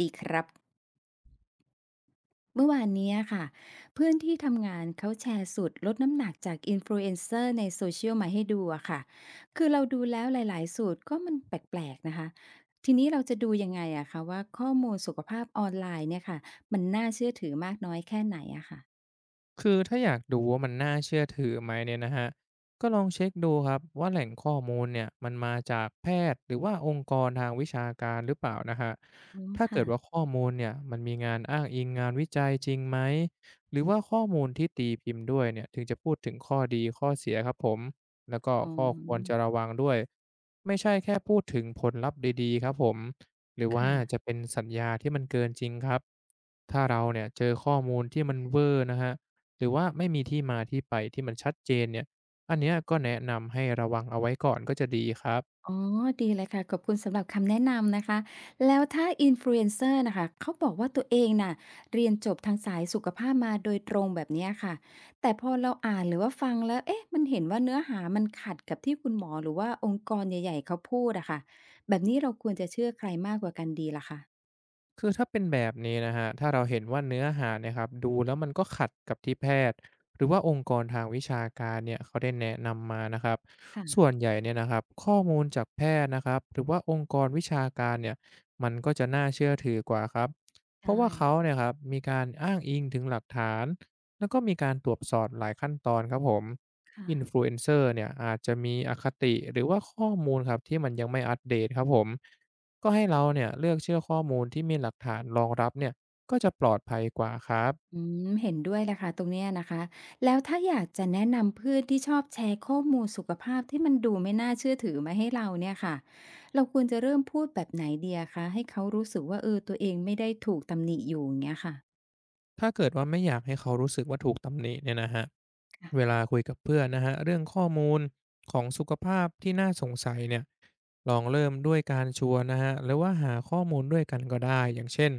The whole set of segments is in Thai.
ดีครับเมื่อวานเนี้ยค่ะเพื่อนที่ทำงานเขาแชร์สูตรลดน้ำหนักจากอินฟลูเอนเซอร์ในโซเชียลมาให้ดูอะค่ะคือเราดูแล้วหลายๆสูตรก็มันแปลกๆนะคะทีนี้เราจะดูยังไงอะคะว่าข้อมูลสุขภาพออนไลน์เนี่ยค่ะมันน่าเชื่อถือมากน้อยแค่ไหนอะค่ะคือถ้าอยากดูว่ามันน่าเชื่อถือไหมเนี่ยนะฮะก็ลองเช็คดูครับว่าแหล่งข้อมูลเนี่ยมันมาจากแพทย์หรือว่าองค์กรทางวิชาการหรือเปล่านะฮะอ๋อถ้าเกิค่ะดว่าข้อมูลเนี่ยมันมีงานอ้างอิงงานวิจัยจริงไหมหรือว่าข้อมูลที่ตีพิมพ์ด้วยเนี่ยถึงจะพูดถึงข้อดีข้อเสียครับผมแล้วก็อ๋ข้อควรจะอระวังด้วยไม่ใช่แค่พูดถึงผลลัพธ์ดีๆครับผมหรือว่าค่ะ จะเป็นสัญญาที่มันเกินจริงครับถ้าเราเนี่ยเจอข้อมูลที่มันเวอร์นะฮะ หรือว่าไม่มีที่มาที่ไปที่มันชัดเจนเนี่ยอันเนี้ยก็แนะนำให้ระวังเอาไว้ก่อนก็จะดีครับ อ๋อ ดีเลยค่ะ ขอบคุณสำหรับคำแนะนำนะคะ แล้วถ้า Influencer นฟลูเอนเซอร์นะคะเขาบอกว่าตัวเองน่ะเรียนจบทางสายสุขภาพมาโดยตรงแบบเนี้ยค่ะ แต่พอเราอ่านหรือว่าฟังแล้วเอ๊ะมันเห็นว่าเนื้อหามันขัดกับที่คุณหมอหรือว่าองค์กรใหญ่ๆเขาพูดอะค่ะแบบนี้เราควรจะเชื่อใครมากกว่ากันดีล่ะคะคือถ้าเป็นแบบนี้นะครับถ้าเราเห็นว่าเนื้อหาเนี่ยครับดูแล้วมันก็ขัดกับที่แพทย์หรือว่าองค์กรทางวิชาการเนี่ยเขาได้แนะนำมานะครับส่วนค่ะ ใหญ่เนี่ยนะครับข้อมูลจากแพทย์นะครับหรือว่าองค์กรวิชาการเนี่ยมันก็จะน่าเชื่อถือกว่าครับเพราะใช่ว่าเขาเนี่ยครับมีการอ้างอิงถึงหลักฐานแล้วก็มีการตรวจสอบหลายขั้นตอนครับผมค่ะ อินฟลูเอนเซอร์เนี่ยอาจจะมีอคติหรือว่าข้อมูลครับที่มันยังไม่อัปเดตครับผม ก็ให้เราเนี่ยเลือกเชื่อข้อมูลที่มีหลักฐานรองรับเนี่ยก็จะปลอดภัยกว่าครับอืมเห็นด้วยเลยค่ะตรงเนี้ยนะคะแล้วถ้าอยากจะแนะนำเพื่อนที่ชอบแชร์ข้อมูลสุขภาพที่มันดูไม่น่าเชื่อถือมาให้เราเนี่ยค่ะเราควรจะเริ่มพูดแบบไหนเดียคะให้เขารู้สึกว่าเออตัวเองไม่ได้ถูกตำหนิอยู่อย่างเงี้ยค่ะถ้าเกิดว่าไม่อยากให้เขารู้สึกว่าถูกตำหนิเนี่ยนะฮะค่ะเวลาคุยกับเพื่อนนะฮะเรื่องข้อมูลของสุขภาพที่น่าสงสัยเนี่ยลองเริ่มด้วยการชวนนะฮะหรือว่าหาข้อมูลด้วยกันก็ได้อย่างเช่น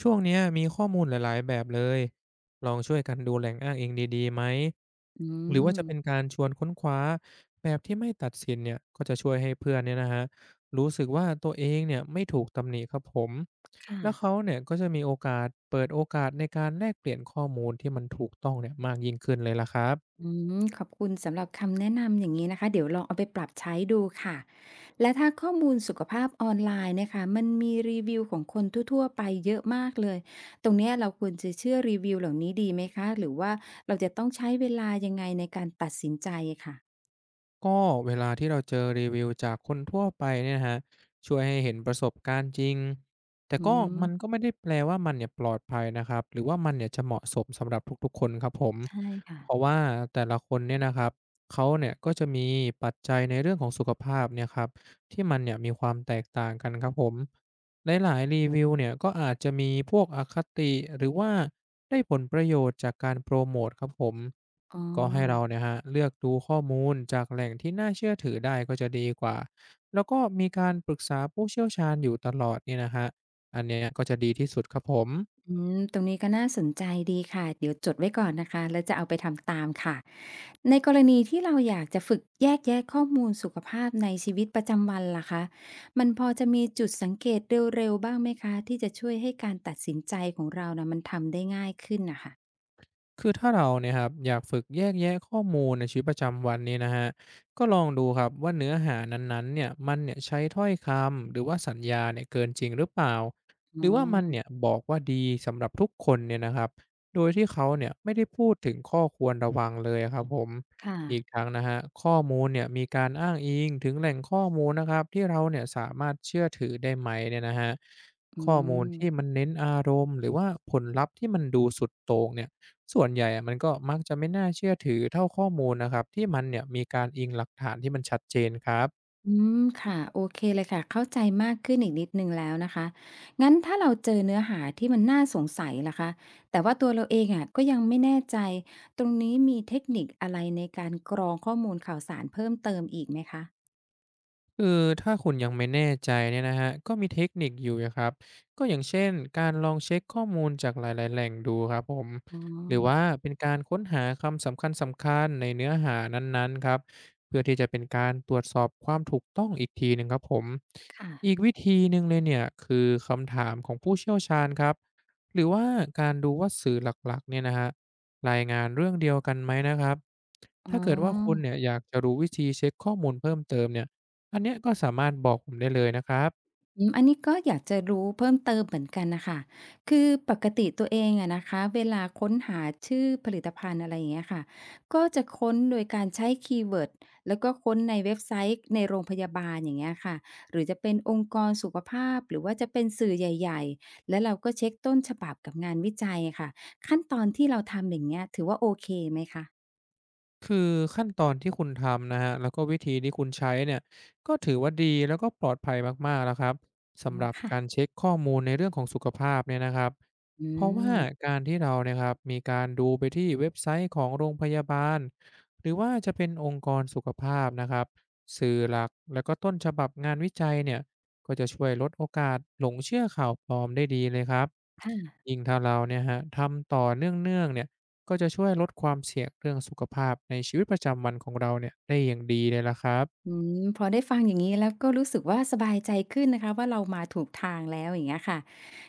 ช่วงเนี้ยมีข้อมูลหลายๆแบบเลยลองช่วยกันดูแหล่งอ้างอิงดีๆไหมอืหรือว่ามจะเป็นการชวนค้นคว้าแบบที่ไม่ตัดสินเนี่ยก็จะช่วยให้เพื่อนเนี่ยนะฮะ รู้สึกว่าตัวเองเนี่ยไม่ถูกตำหนิครับผม ค่ะ แล้วเขาเนี่ยก็จะมีโอกาสเปิดโอกาสในการแลกเปลี่ยนข้อมูลที่มันถูกต้องเนี่ยมากยิ่งขึ้นเลยล่ะครับ อืมขอบคุณสำหรับคำแนะนำอย่างนี้นะคะเดี๋ยวลองเอาไปปรับใช้ดูค่ะและถ้าข้อมูลสุขภาพออนไลน์นะคะมันมีรีวิวของคนทั่วๆไปเยอะมากเลยตรงเนี้ยเราควรจะเชื่อรีวิวเหล่านี้ดีไหมคะหรือว่าเราจะต้องใช้เวลายังไงในการตัดสินใจค่ะก็เวลาที่เราเจอรีวิวจากคนทั่วไปเนี่ยนะฮะช่วยให้เห็นประสบการณ์จริงแต่อืก็มมันก็ไม่ได้แปลว่ามันเนี่ยปลอดภัยนะครับหรือว่ามันเนี่ยจะเหมาะสมสำหรับทุกๆคนครับผมใช่ค่ะเพราะว่าแต่ละคนเนี่ยนะครับเขาเนี่ยก็จะมีปัจจัยในเรื่องของสุขภาพเนี่ยครับที่มันเนี่ยมีความแตกต่างกันครับผมหลายๆรีวิวเนี่ยก็อาจจะมีพวกอคติหรือว่า ได้ผลประโยชน์จากการโปรโมตครับผมอ๋ก็ให้เราอ เนี่ยฮะเลือกดูข้อมูลจากแหล่งที่น่าเชื่อถือได้ก็จะดีกว่าแล้วก็มีการปรึกษาผู้เชี่ยวชาญอยู่ตลอดเนี่ยนะฮะอันเนี้ยก็จะดีที่สุดครับผม อืมตรงนี้ก็น่าสนใจดีค่ะ เดี๋ยวจดไว้ก่อนนะคะแล้วจะเอาไปทำตามค่ะ ในกรณีที่เราอยากจะฝึกแยกแยะข้อมูลสุขภาพในชีวิตประจำวันล่ะคะ มันพอจะมีจุดสังเกตเร็วๆบ้างไหมคะที่จะช่วยให้การตัดสินใจของเรานะมันทำได้ง่ายขึ้นนะคะคือถ้าเราเนี่ยครับอยากฝึกแยกแยะข้อมูลในชีวิตประจำวันนี้นะฮะก็ลองดูครับว่าเนื้อหานั้นๆเนี่ยมันเนี่ยใช้ถ้อยคำหรือว่าสัญญาเนี่ยเกินจริงหรือเปล่าหอ๋อรือว่ามันเนี่ยบอกว่าดีสำหรับทุกคนเนี่ยนะครับโดยที่เขาเนี่ยไม่ได้พูดถึงข้อควรระวังเลยครับผมคอีก่ะทั้งนะฮะข้อมูลเนี่ยมีการอ้างอิงถึงแหล่งข้อมูลนะครับที่เราเนี่ยสามารถเชื่อถือได้ไหมเนี่ยนะฮะอืข้อมูลที่มัม นเน้นอารมณ์หรือว่าผลลัพธ์ที่มันดูสุดโต่งเนี่ย ส่วนใหญ่อะมันก็มักจะไม่น่าเชื่อถือเท่าข้อมูลนะครับที่มันเนี่ยมีการอิงหลักฐานที่มันชัดเจนครับ อืมค่ะโอเคเลยค่ะเข้าใจมากขึ้นอีกนิดหนึ่งแล้วนะคะงั้นถ้าเราเจอเนื้อหาที่มันน่าสงสัยล่ะคะแต่ว่าตัวเราเองอะก็ยังไม่แน่ใจตรงนี้มีเทคนิคอะไรในการกรองข้อมูลข่าวสารเพิ่มเติมอีกไหมคะคือถ้าคุณยังไม่แน่ใจเนี่ยนะฮะก็มีเทคนิคอยู่นะครับก็อย่างเช่นการลองเช็คข้อมูลจากหลายๆแหล่งดูครับผมอ๋อหรือว่าเป็นการค้นหาคำสำคัญๆในเนื้อหานั้นๆครับเพื่อที่จะเป็นการตรวจสอบความถูกต้องอีกทีหนึ่งครับผมค่ะอีกวิธีหนึ่งเลยเนี่ยคือคำถามของผู้เชี่ยวชาญครับหรือว่าการดูว่าสื่อหลักๆเนี่ยนะฮรรายงานเรื่องเดียวกันไหมนะครับอ๋อ ถ้าเกิดว่าคุณเนี่ยอยากจะรู้วิธีเช็คข้อมูลเพิ่มเติมเนี่ย อันเนี้ยก็สามารถบอกผมได้เลยนะครับอืมอันนี้ก็อยากจะรู้เพิ่มเติมเหมือนกันน่ะค่ะคือปกติตัวเองอะนะคะเวลาค้นหาชื่อผลิตภัณฑ์อะไรอย่างเงี้ยค่ะ ก็จะค้นโดยการใช้คีย์เวิร์ดแล้วก็ค้นในเว็บไซต์ในโรงพยาบาลอย่างเงี้ยค่ะ หรือจะเป็นองค์กรสุขภาพหรือว่าจะเป็นสื่อใหญ่ๆ แล้วเราก็เช็กต้นฉบับกับงานวิจัยอะค่ะ ขั้นตอนที่เราทำอย่างเงี้ยถือว่าโอเคไหมคะคือขั้นตอนที่คุณทำนะฮะ แล้วก็วิธีที่คุณใช้เนี่ย ก็ถือว่าดีแล้วก็ปลอดภัยมากๆแล้วครับ อ๋สำหอรับค่ะการเช็คข้อมูลในเรื่องของสุขภาพเนี่ยนะครับ อืเพราะว่ามการที่เราเนี่ยครับ มีการดูไปที่เว็บไซต์ของโรงพยาบาลหรือว่าจะเป็นองค์กรสุขภาพนะครับ สื่อหลักแล้วก็ต้นฉบับงานวิจัยเนี่ยก็จะช่วยลดโอกาสหลงเชื่อข่าวปลอมได้ดีเลยครับค่ะ ยิ่งถ้าเราเนี่ยฮะทำต่อเนื่องๆเนี่ย ก็จะช่วยลดความเสี่ยงเรื่องสุขภาพในชีวิตประจำวันของเราเนี่ยได้อย่างดีเลยล่ะครับ อืมพอได้ฟังอย่างนี้แล้วก็รู้สึกว่าสบายใจขึ้นนะคะว่าเรามาถูกทางแล้วอย่างเงี้ยค่ะ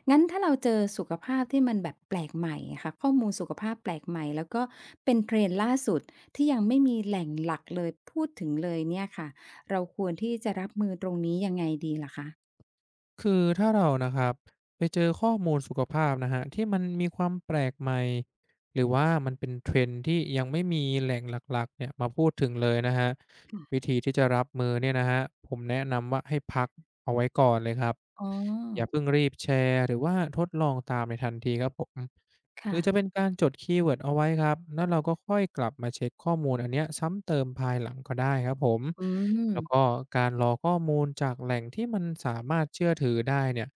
งั้นถ้าเราเจอสุขภาพที่มันแบบแปลกใหม่อะค่ะข้อมูลสุขภาพแปลกใหม่แล้วก็เป็น Trend ล่าสุดที่ยังไม่มีแหล่งหลักเลยพูดถึงเลยเนี่ยค่ะเราควรที่จะรับมือตรงนี้ยังไงดีล่ะคะคือถ้าเรานะครับไปเจอข้อมูลสุขภาพนะฮะที่มันมีความแปลกใหม่หรือว่ามันเป็นเท END ที่ยังไม่มีแหล่งหลักๆเนี่ยมาพูดถึงเลยนะครับวิธีที่จะรับมือเนี่ยนะฮะผมแนะนำว่าให้พักเอาไว้ก่อนเลยครับอ๋ออย่าเพิ่งรีบแชร์หรือว่าทดลองตามในทันทีครับผม หค่ะรือจะเป็นการจดคีย์เวิร์ดเอาไว้ครับแล้วเราก็ค่อยกลับมาเช็คข้อมูลอันเนี้ยซ้ำเติมภายหลังก็ได้ครับผม อืแล้วก็ม การรอข้อมูลจากแหล่งที่มันสามารถเชื่อถือได้เนี่ย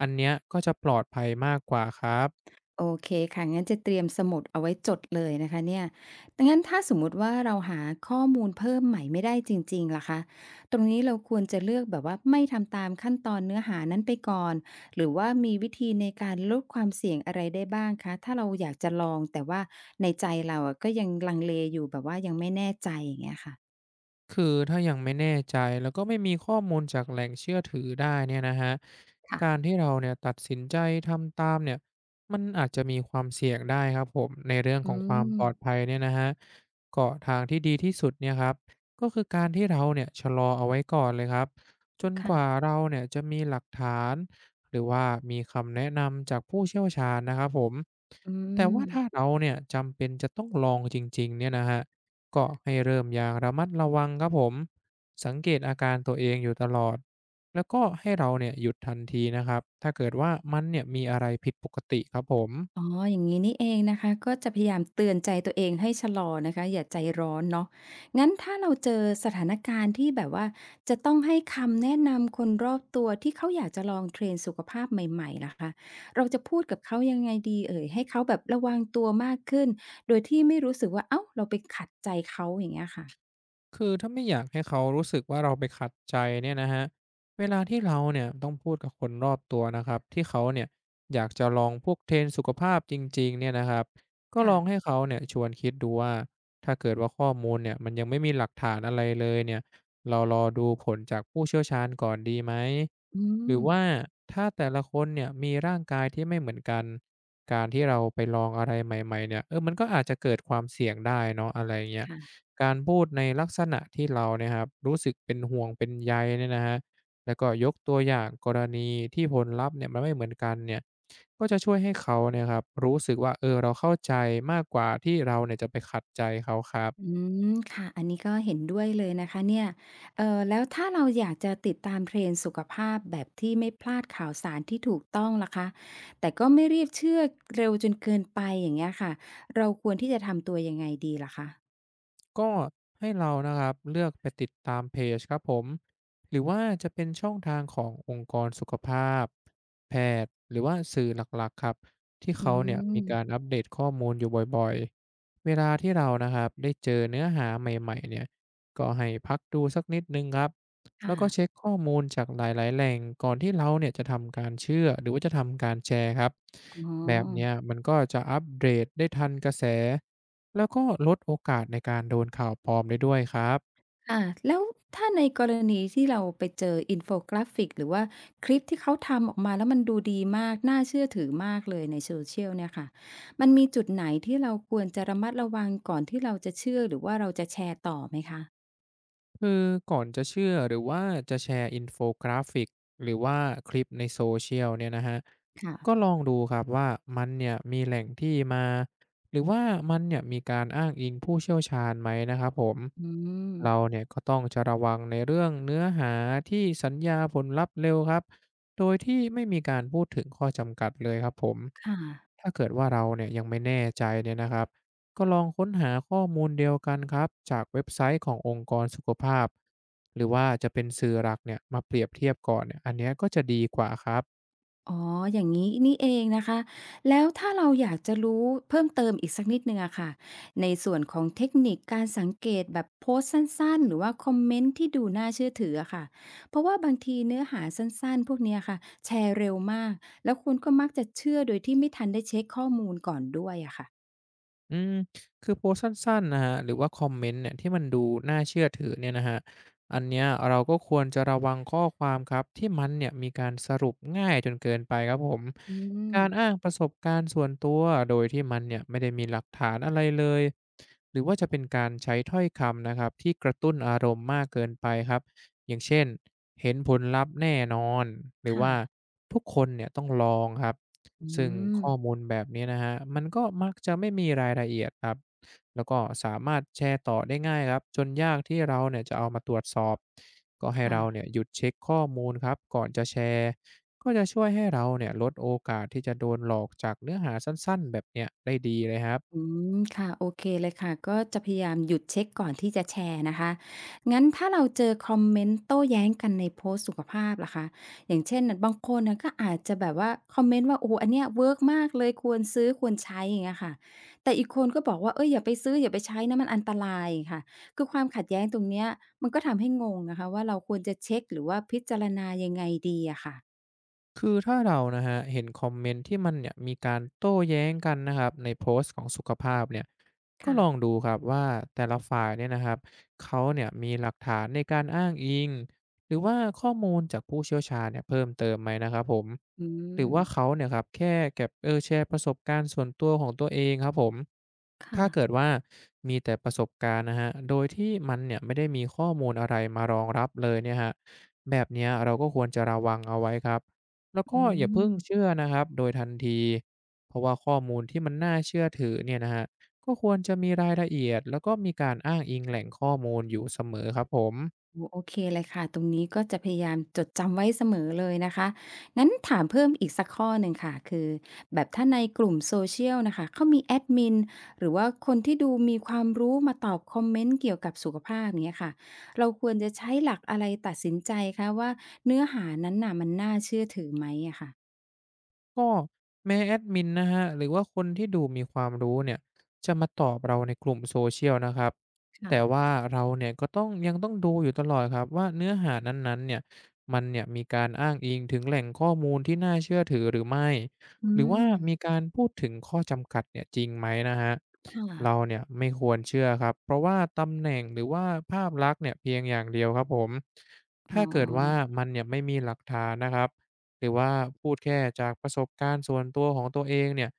อันเนี้ยก็จะปลอดภัยมากกว่าครับ โอเคค่ะงั้นจะเตรียมสมุดเอาไว้จดเลยนะคะเนี่ยดังนั้นถ้าสมมุติว่าเราหาข้อมูลเพิ่มใหม่ไม่ได้จริงๆล่ะคะตรงนี้เราควรจะเลือกแบบว่าไม่ทำตามขั้นตอนเนื้อหานั้นไปก่อนหรือว่ามีวิธีในการลดความเสี่ยงอะไรได้บ้างคะถ้าเราอยากจะลองแต่ว่าในใจเราอะก็ยังลังเลอยู่แบบว่ายังไม่แน่ใจอย่างเงี้ยค่ะคือถ้ายังไม่แน่ใจแล้วก็ไม่มีข้อมูลจากแหล่งเชื่อถือได้เนี่ยนะฮะค่ะการที่เราเนี่ยตัดสินใจทำตามเนี่ยมันอาจจะมีความเสี่ยงได้ครับผมในเรื่องอืของความมปลอดภัยเนี่ยนะฮะก็ทางที่ดีที่สุดเนี่ยครับก็คือการที่เราเนี่ยชะลอเอาไว้ก่อนเลยครับจนกว่าค่ะเราเนี่ยจะมีหลักฐานหรือว่ามีคำแนะนำจากผู้เชี่ยวชาญนะครับผมอืแต่ม ว่าถ้าเราเนี่ยจำเป็นจะต้องลองจริงๆเนี่ยนะฮะ ก็ให้เริ่มอย่างระมัดระวังครับผมสังเกตอาการตัวเองอยู่ตลอดแล้วก็ให้เราเนี่ยหยุดทันทีนะครับถ้าเกิดว่ามันเนี่ยมีอะไรผิดปกติครับผม อ๋ออย่างนี้นี่เองนะคะก็จะพยายามเตือนใจตัวเองให้ชะลอนะคะอย่าใจร้อนเนาะงั้นถ้าเราเจอสถานการณ์ที่แบบว่าจะต้องให้คำแนะนำคนรอบตัวที่เขาอยากจะลองเทรนสุขภาพใหม่ๆล่ะคะเราจะพูดกับเขายังไงดีเอ่ยให้เขาแบบระวังตัวมากขึ้นโดยที่ไม่รู้สึกว่าเอ้าเราไปขัดใจเขาอย่างเงี้ยค่ะคือถ้าไม่อยากให้เขารู้สึกว่าเราไปขัดใจเนี่ยนะฮะเวลาที่เราเนี่ยต้องพูดกับคนรอบตัวนะครับที่เขาเนี่ยอยากจะลองพวกเทรนด์สุขภาพจริงๆเนี่ยนะครับก็ลค่ะองให้เขาเนี่ยชวนคิดดูว่าถ้าเกิดว่าข้อมูลเนี่ยมันยังไม่มีหลักฐานอะไรเลยเนี่ยเรารอดูผลจากผู้เชี่ยวชาญก่อนดีไหมอืหรือมว่าถ้าแต่ละคนเนี่ยมีร่างกายที่ไม่เหมือนกันการที่เราไปลองอะไรใหม่ๆเนี่ยมันก็อาจจะเกิดความเสี่ยงได้เนาะอะไรเงี้ย ค่ะ การพูดในลักษณะที่เราเนี่ยครับรู้สึกเป็นห่วงเป็นใยเนี่ยนะครับแล้วก็ยกตัวอย่างกรณีที่ผลลัพธ์เนี่ยมันไม่เหมือนกันเนี่ยก็จะช่วยให้เขาเนี่ยครับรู้สึกว่าเราเข้าใจมากกว่าที่เราเนี่ยจะไปขัดใจเขาครับ อืมค่ะอันนี้ก็เห็นด้วยเลยนะคะเนี่ยแล้วถ้าเราอยากจะติดตามเทรนด์สุขภาพแบบที่ไม่พลาดข่าวสารที่ถูกต้องล่ะคะแต่ก็ไม่รีบเชื่อเร็วจนเกินไปอย่างเงี้ยค่ะเราควรที่จะทำตัวยังไงดีล่ะคะก็ให้เรานะครับเลือกไปติดตามเพจครับผมหรือว่าจะเป็นช่องทางขององค์กรสุขภาพแพทย์หรือว่าสื่อหลักๆครับที่อืเขาเนี่ยมีการมอัปเดตข้อมูลอยู่บ่อยๆเวลาที่เรานะครับได้เจอเนื้อหาใหม่ๆเนี่ยก็ให้พักดูสักนิดนึงครับแล้วก็เช็คค่ะข้อมูลจากหลายๆแหล่งก่อนที่เราเนี่ยจะทำการเชื่อหรือว่าจะทำการแชร์ครับอ๋อ แบบเนี้ยมันก็จะอัปเดตได้ทันกระแส แล้วก็ลดโอกาสในการโดนข่าวปลอมได้ด้วยครับค่ะแล้วถ้าในกรณีที่เราไปเจออินโฟกราฟิกหรือว่าคลิปที่เขาทำออกมาแล้วมันดูดีมากน่าเชื่อถือมากเลยใน Social เชียลเนี่ยค่ะมันมีจุดไหนที่เราควรจะระมัดระวังก่อนที่เราจะเชื่อหรือว่าเราจะแชร์ต่อไหมคะคือก่อนจะเชื่อหรือว่าจะแชร์อินโฟกราฟิกหรือว่าคลิปในโซเชียลเนี่ยนะฮะก็ค่ะลองดูครับว่ามันเนี่ยมีแหล่งที่มาหรือว่ามันเนี่ยมีการอ้างอิงผู้เชี่ยวชาญไหมนะครับผมอืมเราเนี่ยก็ต้องจะระวังในเรื่องเนื้อหาที่สัญญาผลลัพธ์เร็วครับโดยที่ไม่มีการพูดถึงข้อจำกัดเลยครับผมค่ะ ถ้าเกิดว่าเราเนี่ยยังไม่แน่ใจเนี่ยนะครับ ก็ลองค้นหาข้อมูลเดียวกันครับจากเว็บไซต์ขององค์กรสุขภาพหรือว่าจะเป็นสื่อหลักเนี่ยมาเปรียบเทียบก่อนเนี่ยอันเนี้ยก็จะดีกว่าครับ อ๋อ อย่างงี้นี่เองนะคะ แล้วถ้าเราอยากจะรู้เพิ่มเติมอีกสักนิดหนึ่งอะค่ะในส่วนของเทคนิคการสังเกตแบบโพสต์สั้นๆหรือว่าคอมเมนต์ที่ดูน่าเชื่อถืออะค่ะเพราะว่าบางทีเนื้อหาสั้นๆพวกเนี้ยค่ะแชร์เร็วมากแล้วคุณก็มักจะเชื่อโดยที่ไม่ทันได้เช็คข้อมูลก่อนด้วยอะค่ะอืมคือโพสต์สั้นๆนะครับหรือว่าคอมเมนต์เนี่ยที่มันดูน่าเชื่อถือเนี่ยนะครับอันเนี้ยเราก็ควรจะระวังข้อความครับที่มันเนี่ยมีการสรุปง่ายจนเกินไปครับผมอืมการอ้างประสบการณ์ส่วนตัวโดยที่มันเนี่ยไม่ได้มีหลักฐานอะไรเลยหรือว่าจะเป็นการใช้ถ้อยคำนะครับที่กระตุ้นอารมณ์มากเกินไปครับอย่างเช่นเห็นผลลัพธ์แน่นอนหรือค่ะว่าทุกคนเนี่ยต้องลองครับ อืซึ่งมข้อมูลแบบนี้นะฮะมันก็มักจะไม่มีรายละเอียดครับแล้วก็สามารถแชร์ต่อได้ง่ายครับจนยากที่เราเนี่ยจะเอามาตรวจสอบก็ให้ค่ะ เราเนี่ยหยุดเช็คข้อมูลครับก่อนจะแชร์ก็จะช่วยให้เราเนี่ยลดโอกาสที่จะโดนหลอกจากเนื้อหาสั้นๆแบบเนี้ยได้ดีเลยครับ อืมค่ะโอเคเลยค่ะก็จะพยายามหยุดเช็กก่อนที่จะแชร์นะคะงั้นถ้าเราเจอคอมเมนต์โต้แย้งกันในโพสต์สุขภาพล่ะคะอย่างเช่นน่ะบางคนน่ะก็อาจจะแบบว่าคอมเมนต์ว่าโอ้โฮอันเนี้ยเวิร์กมากเลยควรซื้อควรใช้อย่างเงี้ยค่ะแต่อีกคนก็บอกว่าเฮ้ยอย่าไปซื้ออย่าไปใช้นะมันอันตรายค่ะคือความขัดแย้งตรงเนี้ยมันก็ทำให้งงนะคะว่าเราควรจะเช็กหรือว่าพิจารณายังไงดีอะค่ะคือถ้าเรานะฮะเห็นคอมเมนต์ที่มันเนี่ยมีการโต้แย้งกันนะครับในโพสต์ของสุขภาพเนี่ยก็ลองค่ะดูครับว่าแต่ละฝ่ายเนี่ยนะครับเขาเนี่ยมีหลักฐานในการอ้างอิงหรือว่าข้อมูลจากผู้เชี่ยวชาญเนี่ยเพิ่มเติมไหมนะครับผมอืหรือมว่าเขาเนี่ยครับแค่เก็บแชร์ประสบการณ์ส่วนตัวของตัวเองครับผมค่ะถ้าเกิดว่ามีแต่ประสบการณ์นะฮะโดยที่มันเนี่ยไม่ได้มีข้อมูลอะไรมารองรับเลยเนี่ยฮะแบบเนี้ยเราก็ควรจะระวังเอาไว้ครับ แล้วก็อือย่าเพิ่ม งเชื่อนะครับโดยทันทีเพราะว่าข้อมูลที่มันน่าเชื่อถือเนี่ยนะครับก็ควรจะมีรายละเอียดแล้วก็มีการอ้างอิงแหล่งข้อมูลอยู่เสมอครับผม โอ้โอเคเลยค่ะตรงนี้ก็จะพยายามจดจำไว้เสมอเลยนะคะงั้นถามเพิ่มอีกสักข้อหนึ่งค่ะคือแบบถ้าในกลุ่มโซเชียลนะคะเขามีแอดมินหรือว่าคนที่ดูมีความรู้มาตอบคอมเมนต์เกี่ยวกับสุขภาพอย่างเงี้ยค่ะเราควรจะใช้หลักอะไรตัดสินใจคะว่าเนื้อหานั้นน่ะมันน่าเชื่อถือไหมอะค่ะก็แม้แอดมินนะฮะหรือว่าคนที่ดูมีความรู้เนี่ยจะมาตอบเราในกลุ่มโซเชียลนะครับค่ะแต่ว่าเราเนี่ยก็ต้องต้องดูอยู่ตลอดครับว่าเนื้อหานั้นๆเนี่ยมันเนี่ยมีการอ้างอิงถึงแหล่งข้อมูลที่น่าเชื่อถือหรือไม่อืหรือว่ามมีการพูดถึงข้อจำกัดเนี่ยจริงไหมนะฮะค่ะเราเนี่ยไม่ควรเชื่อครับเพราะว่าตำแหน่งหรือว่าภาพลักษณ์เนี่ยเพียงอย่างเดียวครับผมอ๋อ ถ้าเกิดว่ามันเนี่ยไม่มีหลักฐานนะครับ หรือว่าพูดแค่จากประสบการณ์ส่วนตัวของตัวเองเนี่ย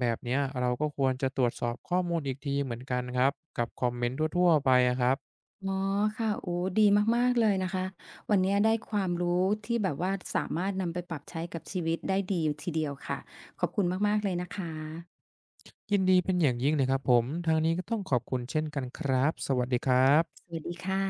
แบบเนี้ยเราก็ควรจะตรวจสอบข้อมูลอีกทีเหมือนกันครับกับคอมเมนต์ทั่วๆไปอะครับอ๋อค่ะโอ้ดีมากๆเลยนะคะวันนี้ได้ความรู้ที่แบบว่าสามารถนำไปปรับใช้กับชีวิตได้ดีอยู่ทีเดียวค่ะขอบคุณมากๆเลยนะคะยินดีเป็นอย่างยิ่งเลยครับผมทางนี้ก็ต้องขอบคุณเช่นกันครับสวัสดีครับสวัสดีค่ะ